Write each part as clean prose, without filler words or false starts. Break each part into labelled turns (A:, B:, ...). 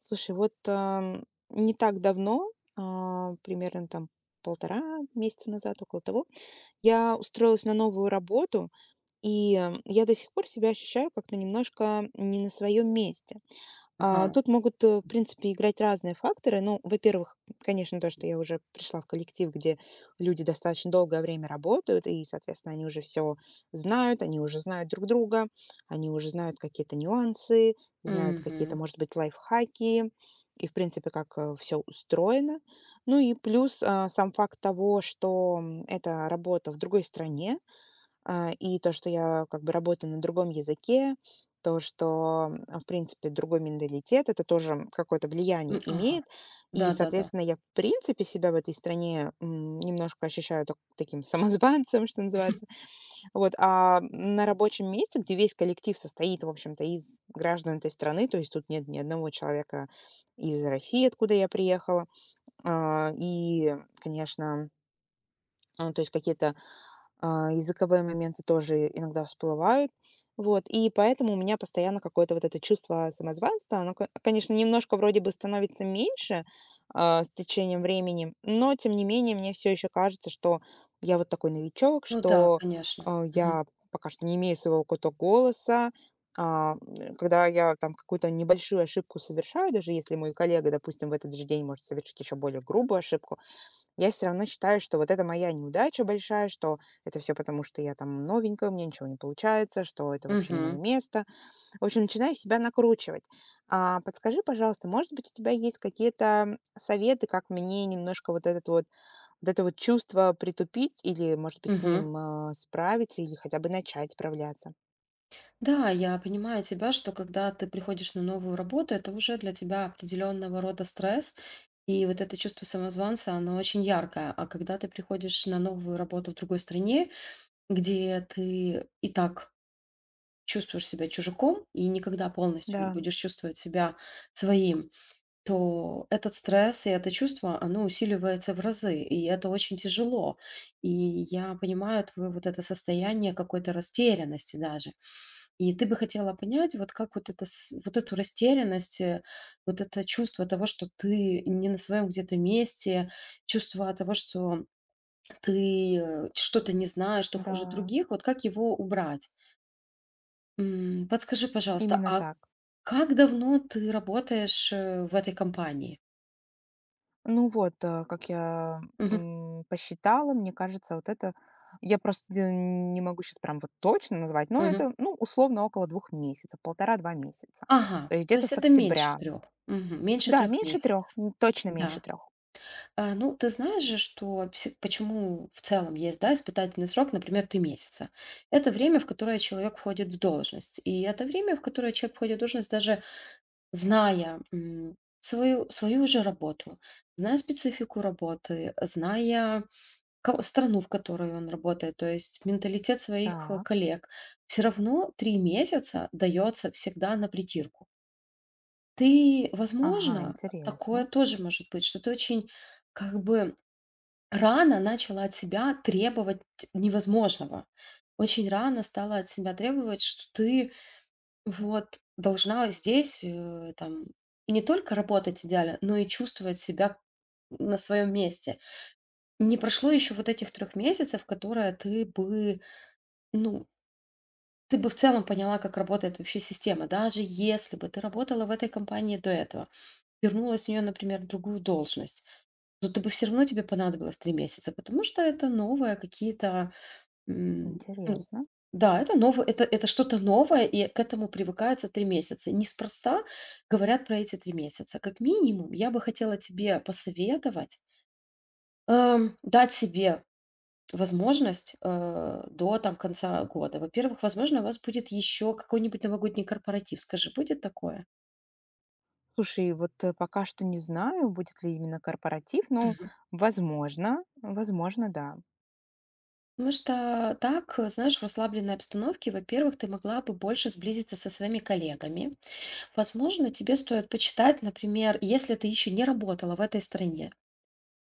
A: Слушай, вот, не так давно, примерно там 1,5 месяца назад, около того, я устроилась на новую работу, и я до сих пор себя ощущаю как-то немножко не на своем месте. А,
B: Ага,
A: тут могут, в принципе, играть разные факторы. Ну, во-первых, конечно, то, что я уже пришла в коллектив, где люди достаточно долгое время работают, и, соответственно, они уже все знают, они уже знают друг друга, они уже знают какие-то нюансы, знают какие-то,
B: мгм.
A: может быть, лайфхаки и, в принципе, как все устроено. Ну и плюс сам факт того, что это работа в другой стране, и то, что я как бы работаю на другом языке, то, что, в принципе, другой менталитет, это тоже какое-то влияние
B: М, ага,
A: имеет. И,
B: да-да-да.
A: соответственно, я, в принципе, себя в этой стране, немножко ощущаю таким самозванцем, что называется. Вот, а на рабочем месте, где весь коллектив состоит, в общем-то, из граждан этой страны, то есть тут нет ни одного человека из России, откуда я приехала, и, конечно, то есть какие-то языковые моменты тоже иногда всплывают. Вот, и поэтому у меня постоянно какое-то вот это чувство самозванства. Оно, конечно, немножко вроде бы становится меньше с течением времени, но тем не менее мне все еще кажется, что я вот такой новичок,
B: Ну да,
A: что
B: конечно. Мгм.
A: я пока что не имею своего какого-то голоса. Когда я там какую-то небольшую ошибку совершаю, даже если мой коллега, допустим, в этот же день может совершить еще более грубую ошибку, я все равно считаю, что вот это моя неудача большая, что это все потому, что я там новенькая, у меня ничего не получается, что это вообще не мое
B: Мгм.
A: место. В общем, начинаю себя накручивать. Подскажи, пожалуйста, может быть, у тебя есть какие-то советы, как мне немножко вот этот вот вот это вот чувство притупить или, может быть, с
B: Мгм.
A: ним, справиться или хотя бы начать справляться?
B: Да, я понимаю тебя, что когда ты приходишь на новую работу, это уже для тебя определенного рода стресс. И вот это чувство самозванца, оно очень яркое. А когда ты приходишь на новую работу в другой стране, где ты и так чувствуешь себя чужаком и никогда полностью
A: Да,
B: не будешь чувствовать себя своим, то этот стресс и это чувство, оно усиливается в разы, и это очень тяжело. И я понимаю твое вот это состояние какой-то растерянности даже. И ты бы хотела понять, вот как вот, это, вот эту растерянность, вот это чувство того, что ты не на своем где-то месте, чувство того, что ты что-то не знаешь, что хуже
A: да,
B: других, вот как его убрать? Подскажи, пожалуйста,
A: именно
B: а
A: так.
B: как давно ты работаешь в этой компании?
A: Ну вот, как я,
B: Мгм,
A: посчитала, мне кажется, вот это я просто не могу сейчас прям вот точно назвать, но
B: мгм.
A: это, ну, условно около 2 месяцев, 1,5–2 месяца.
B: Ага,
A: То есть
B: то
A: где-то
B: есть
A: с
B: это меньше
A: октября.
B: трех. Меньше
A: Да,
B: трех
A: меньше
B: месяцев.
A: трех, точно меньше
B: Да.
A: трех.
B: А, ну, ты знаешь же, что вс почему в целом есть, да, испытательный срок, например, 3 месяца. Это время, в которое человек входит в должность. И это время, в которое человек входит в должность, даже зная, свою же работу, зная специфику работы, зная ко страну, в которой он работает, то есть менталитет своих,
A: Так,
B: коллег, все равно 3 месяца дается всегда на притирку. Ты,
A: ага,
B: возможно, такое
A: интересно,
B: тоже может быть, что ты очень как бы рано начала от себя требовать невозможного. Очень рано стала от себя требовать, что ты вот должна здесь, там, не только работать идеально, но и чувствовать себя на своем месте. Не прошло еще вот этих 3 месяцев, которые ты бы, ну, ты бы в целом поняла, как работает вообще система, даже если бы ты работала в этой компании до этого. Вернулась в нее, например, в другую должность, то ты бы все равно тебе понадобилось 3 месяца, потому что это новое какие-то, м, ну
A: интересно.
B: да, это что-то новое, и к этому привыкается 3 месяца. Неспроста говорят про эти 3 месяца. Как минимум, я бы хотела тебе посоветовать, дать себе возможность, до там конца года. Во-первых, возможно, у вас будет еще какой-нибудь новогодний корпоратив. Скажи, будет такое?
A: Слушай, вот, пока что не знаю, будет ли именно корпоратив, но возможно, да.
B: Потому что так, знаешь, в расслабленной обстановке, во-первых, ты могла бы больше сблизиться со своими коллегами. Возможно, тебе стоит почитать, например, если ты еще не работала в этой стране,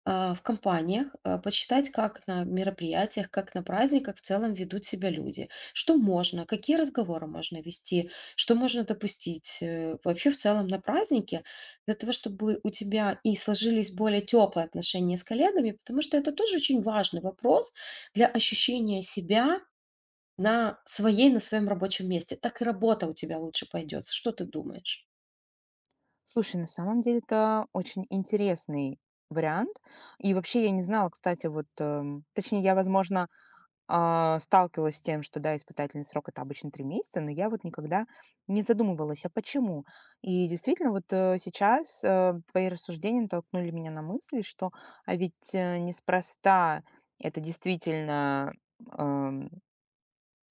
B: а, в компаниях, а, посчитать, как на мероприятиях, как на праздниках в целом ведут себя люди. Что можно, какие разговоры можно вести, что можно допустить вообще в целом на празднике, для того, чтобы у тебя и сложились более теплые отношения с коллегами, потому что это тоже очень важный вопрос для ощущения себя на своей, на своем рабочем месте. Так и работа у тебя лучше пойдет. Что ты думаешь?
A: Слушай, на самом деле это очень интересный вариант. И вообще я не знала, кстати, вот, точнее, я, возможно, сталкивалась с тем, что, да, испытательный срок — это обычно 3 месяца, но я вот никогда не задумывалась, а почему? И действительно, вот, сейчас, твои рассуждения натолкнули меня на мысль, что, а ведь, неспроста это действительно, эм,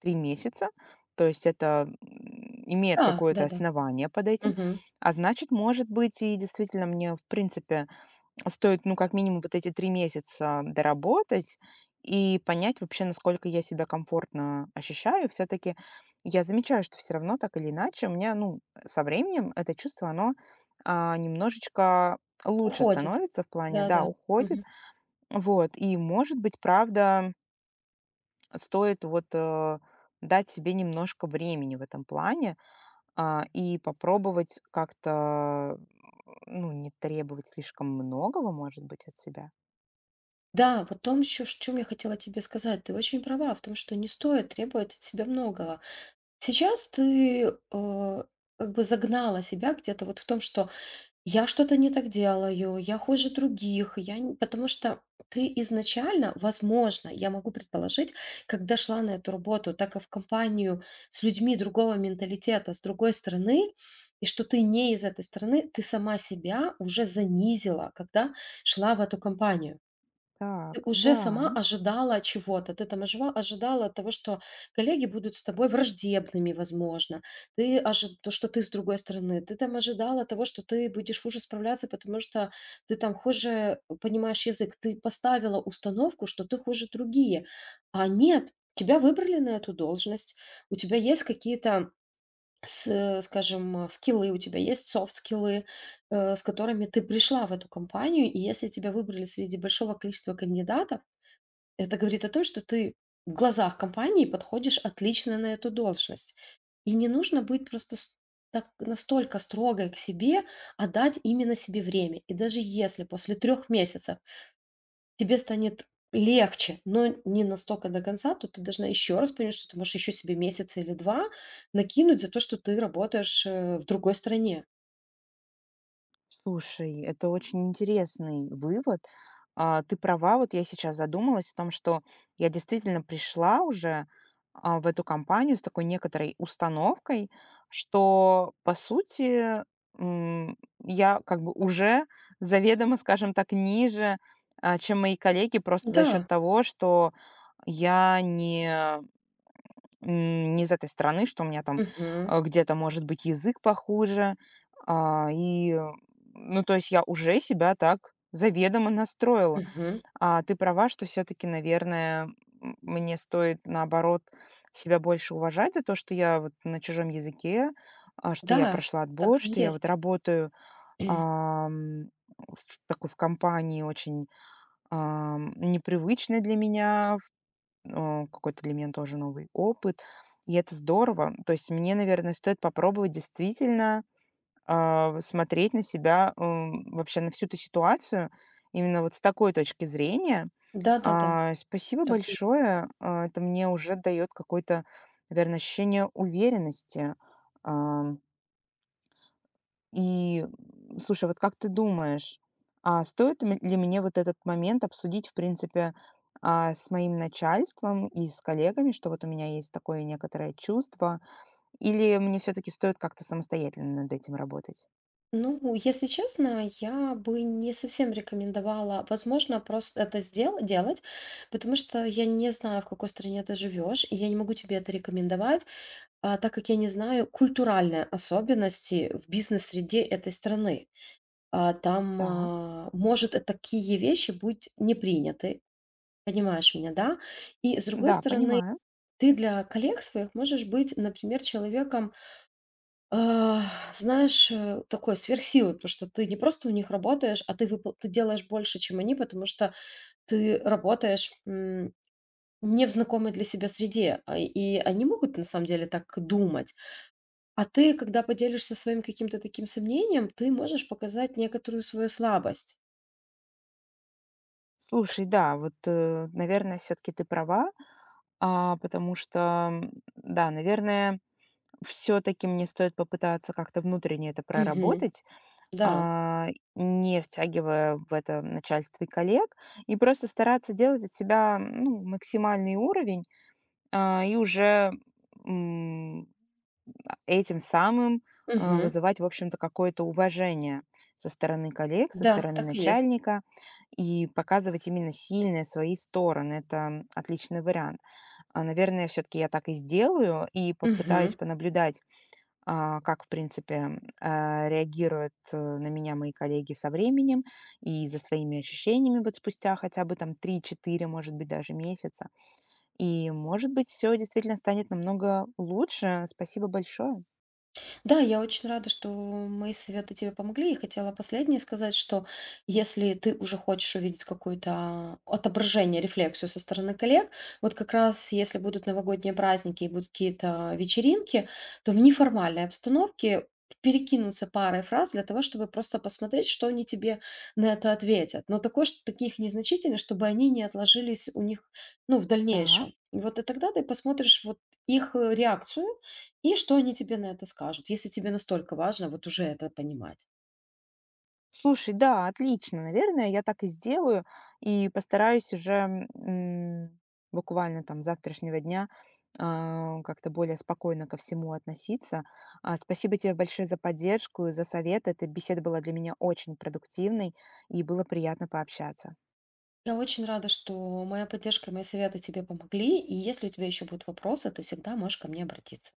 A: 3 месяца. То есть это, имеет
B: Да,
A: какое-то
B: да, да.
A: основание под этим.
B: Мгм.
A: А значит, может быть, и действительно мне, в принципе, стоит, ну, как минимум вот эти 3 месяца доработать и понять вообще, насколько я себя комфортно ощущаю. Все таки я замечаю, что все равно так или иначе у меня, ну, со временем это чувство, оно, немножечко лучше
B: Уходит.
A: становится в плане,
B: Да,
A: да,
B: да.
A: уходит. Вот. И, может быть, правда стоит вот, дать себе немножко времени в этом плане, и попробовать как-то, ну, не требовать слишком многого, может быть, от себя.
B: Да, вот в том еще, ш чём я хотела тебе сказать. Ты очень права в том, что не стоит требовать от себя многого. Сейчас ты, как бы загнала себя где-то вот в том, что я что-то не так делаю, я хуже других, я н потому что ты изначально, возможно, я могу предположить, когда шла на эту работу, так и в компанию с людьми другого менталитета, с другой стороны, и что ты не из этой страны, ты сама себя уже занизила, когда шла в эту компанию. Ты
A: Так,
B: уже
A: да.
B: сама ожидала чего-то. Ты там ожива ожидала того, что коллеги будут с тобой враждебными, возможно. Ты ожи то, что ты с другой стороны. Ты там ожидала того, что ты будешь хуже справляться, потому что ты там хуже понимаешь язык. Ты поставила установку, что ты хуже другие. А нет, тебя выбрали на эту должность. У тебя есть какие-то с скажем, скиллы, у тебя есть софт-скиллы, с которыми ты пришла в эту компанию. И если тебя выбрали среди большого количества кандидатов, это говорит о том, что ты в глазах компании подходишь отлично на эту должность. И не нужно быть просто так, настолько строгой к себе, а дать именно себе время. И даже если после 3 месяцев тебе станет легче, но не настолько до конца, то ты должна еще раз понять, что ты можешь еще себе месяц или два накинуть за то, что ты работаешь в другой стране.
A: Слушай, это очень интересный вывод. Ты права, вот я сейчас задумалась о том, что я действительно пришла уже, в эту компанию с такой некоторой установкой, что, по сути, м, я как бы уже заведомо, скажем так, ниже, чем мои коллеги просто за счет
B: Да.
A: того, что я не из этой страны, что у меня там,
B: Мгм.
A: где-то может быть язык похуже. А, и, э, ну, то есть я уже себя так заведомо настроила.
B: Мгм.
A: А ты права, что все таки наверное, мне стоит, наоборот, себя больше уважать за то, что я вот на чужом языке, что я
B: Да,
A: прошла
B: так
A: отбор,
B: и
A: что я вот
B: есть.
A: работаю, ам, в такой в компании очень, непривычной для меня, Какой-то для меня тоже новый опыт, и это здорово. То есть мне, наверное, стоит попробовать действительно, смотреть на себя, вообще на всю эту ситуацию именно вот с такой точки зрения.
B: Да, да, да,
A: Спасибо
B: так и.
A: большое. Это мне уже дает какое-то, наверное, ощущение уверенности. И, слушай, вот как ты думаешь, а стоит ли мне вот этот момент обсудить, в принципе, с моим начальством и с коллегами, что вот у меня есть такое некоторое чувство, или мне все-таки стоит как-то самостоятельно над этим работать?
B: Ну, если честно, я бы не совсем рекомендовала, возможно, просто это сделать делать, потому что я не знаю, в какой стране ты живешь, и я не могу тебе это рекомендовать, а, так как я не знаю культуральные особенности в бизнес-среде этой страны. А, там,
A: Так,
B: а, может, такие вещи быть не приняты, понимаешь меня, да? И с другой
A: да,
B: стороны,
A: понимаю.
B: ты для коллег своих можешь быть, например, человеком, а, знаешь, такой сверхсилы, потому что ты не просто у них работаешь, а ты выпол ты делаешь больше, чем они, потому что ты работаешь, не в знакомой для себя среде, а, и они могут на самом деле так думать. А ты, когда поделишься своим каким-то таким сомнением, ты можешь показать некоторую свою слабость.
A: Слушай, да, вот, наверное, все-таки ты права, потому что, да, наверное, все-таки мне стоит попытаться как-то внутренне это
B: Мгм.
A: проработать,
B: Да.
A: а, не втягивая в это начальство и коллег, и просто стараться делать от себя, ну, максимальный уровень, а, и уже, м, этим самым,
B: Мгм.
A: вызывать, в общем-то, какое-то уважение со стороны коллег, со
B: Да,
A: стороны
B: так и есть.
A: начальника и показывать именно сильные свои стороны. Это отличный вариант. Наверное, все-таки я так и сделаю и
B: Мгм.
A: попытаюсь понаблюдать, как, в принципе, реагируют на меня мои коллеги со временем и за своими ощущениями вот спустя хотя бы там 3–4, может быть, даже месяца. И, может быть, все действительно станет намного лучше. Спасибо большое.
B: Да, я очень рада, что мои советы тебе помогли. И хотела последнее сказать, что если ты уже хочешь увидеть какое-то отображение, рефлексию со стороны коллег, вот как раз если будут новогодние праздники и будут какие-то вечеринки, то в неформальной обстановке перекинуться парой фраз для того, чтобы просто посмотреть, что они тебе на это ответят. Но такой, таких незначительных, чтобы они не отложились у них, ну, в
A: Да.
B: дальнейшем. И вот и тогда ты посмотришь вот их реакцию, и что они тебе на это скажут, если тебе настолько важно вот уже это понимать.
A: Слушай, да, отлично. Наверное, я так и сделаю и постараюсь уже, буквально там с завтрашнего дня, как-то более спокойно ко всему относиться. Спасибо тебе большое за поддержку и за совет. Эта беседа была для меня очень продуктивной, и было приятно пообщаться.
B: Я очень рада, что моя поддержка и мои советы тебе помогли. И если у тебя еще будут вопросы, ты всегда можешь ко мне обратиться.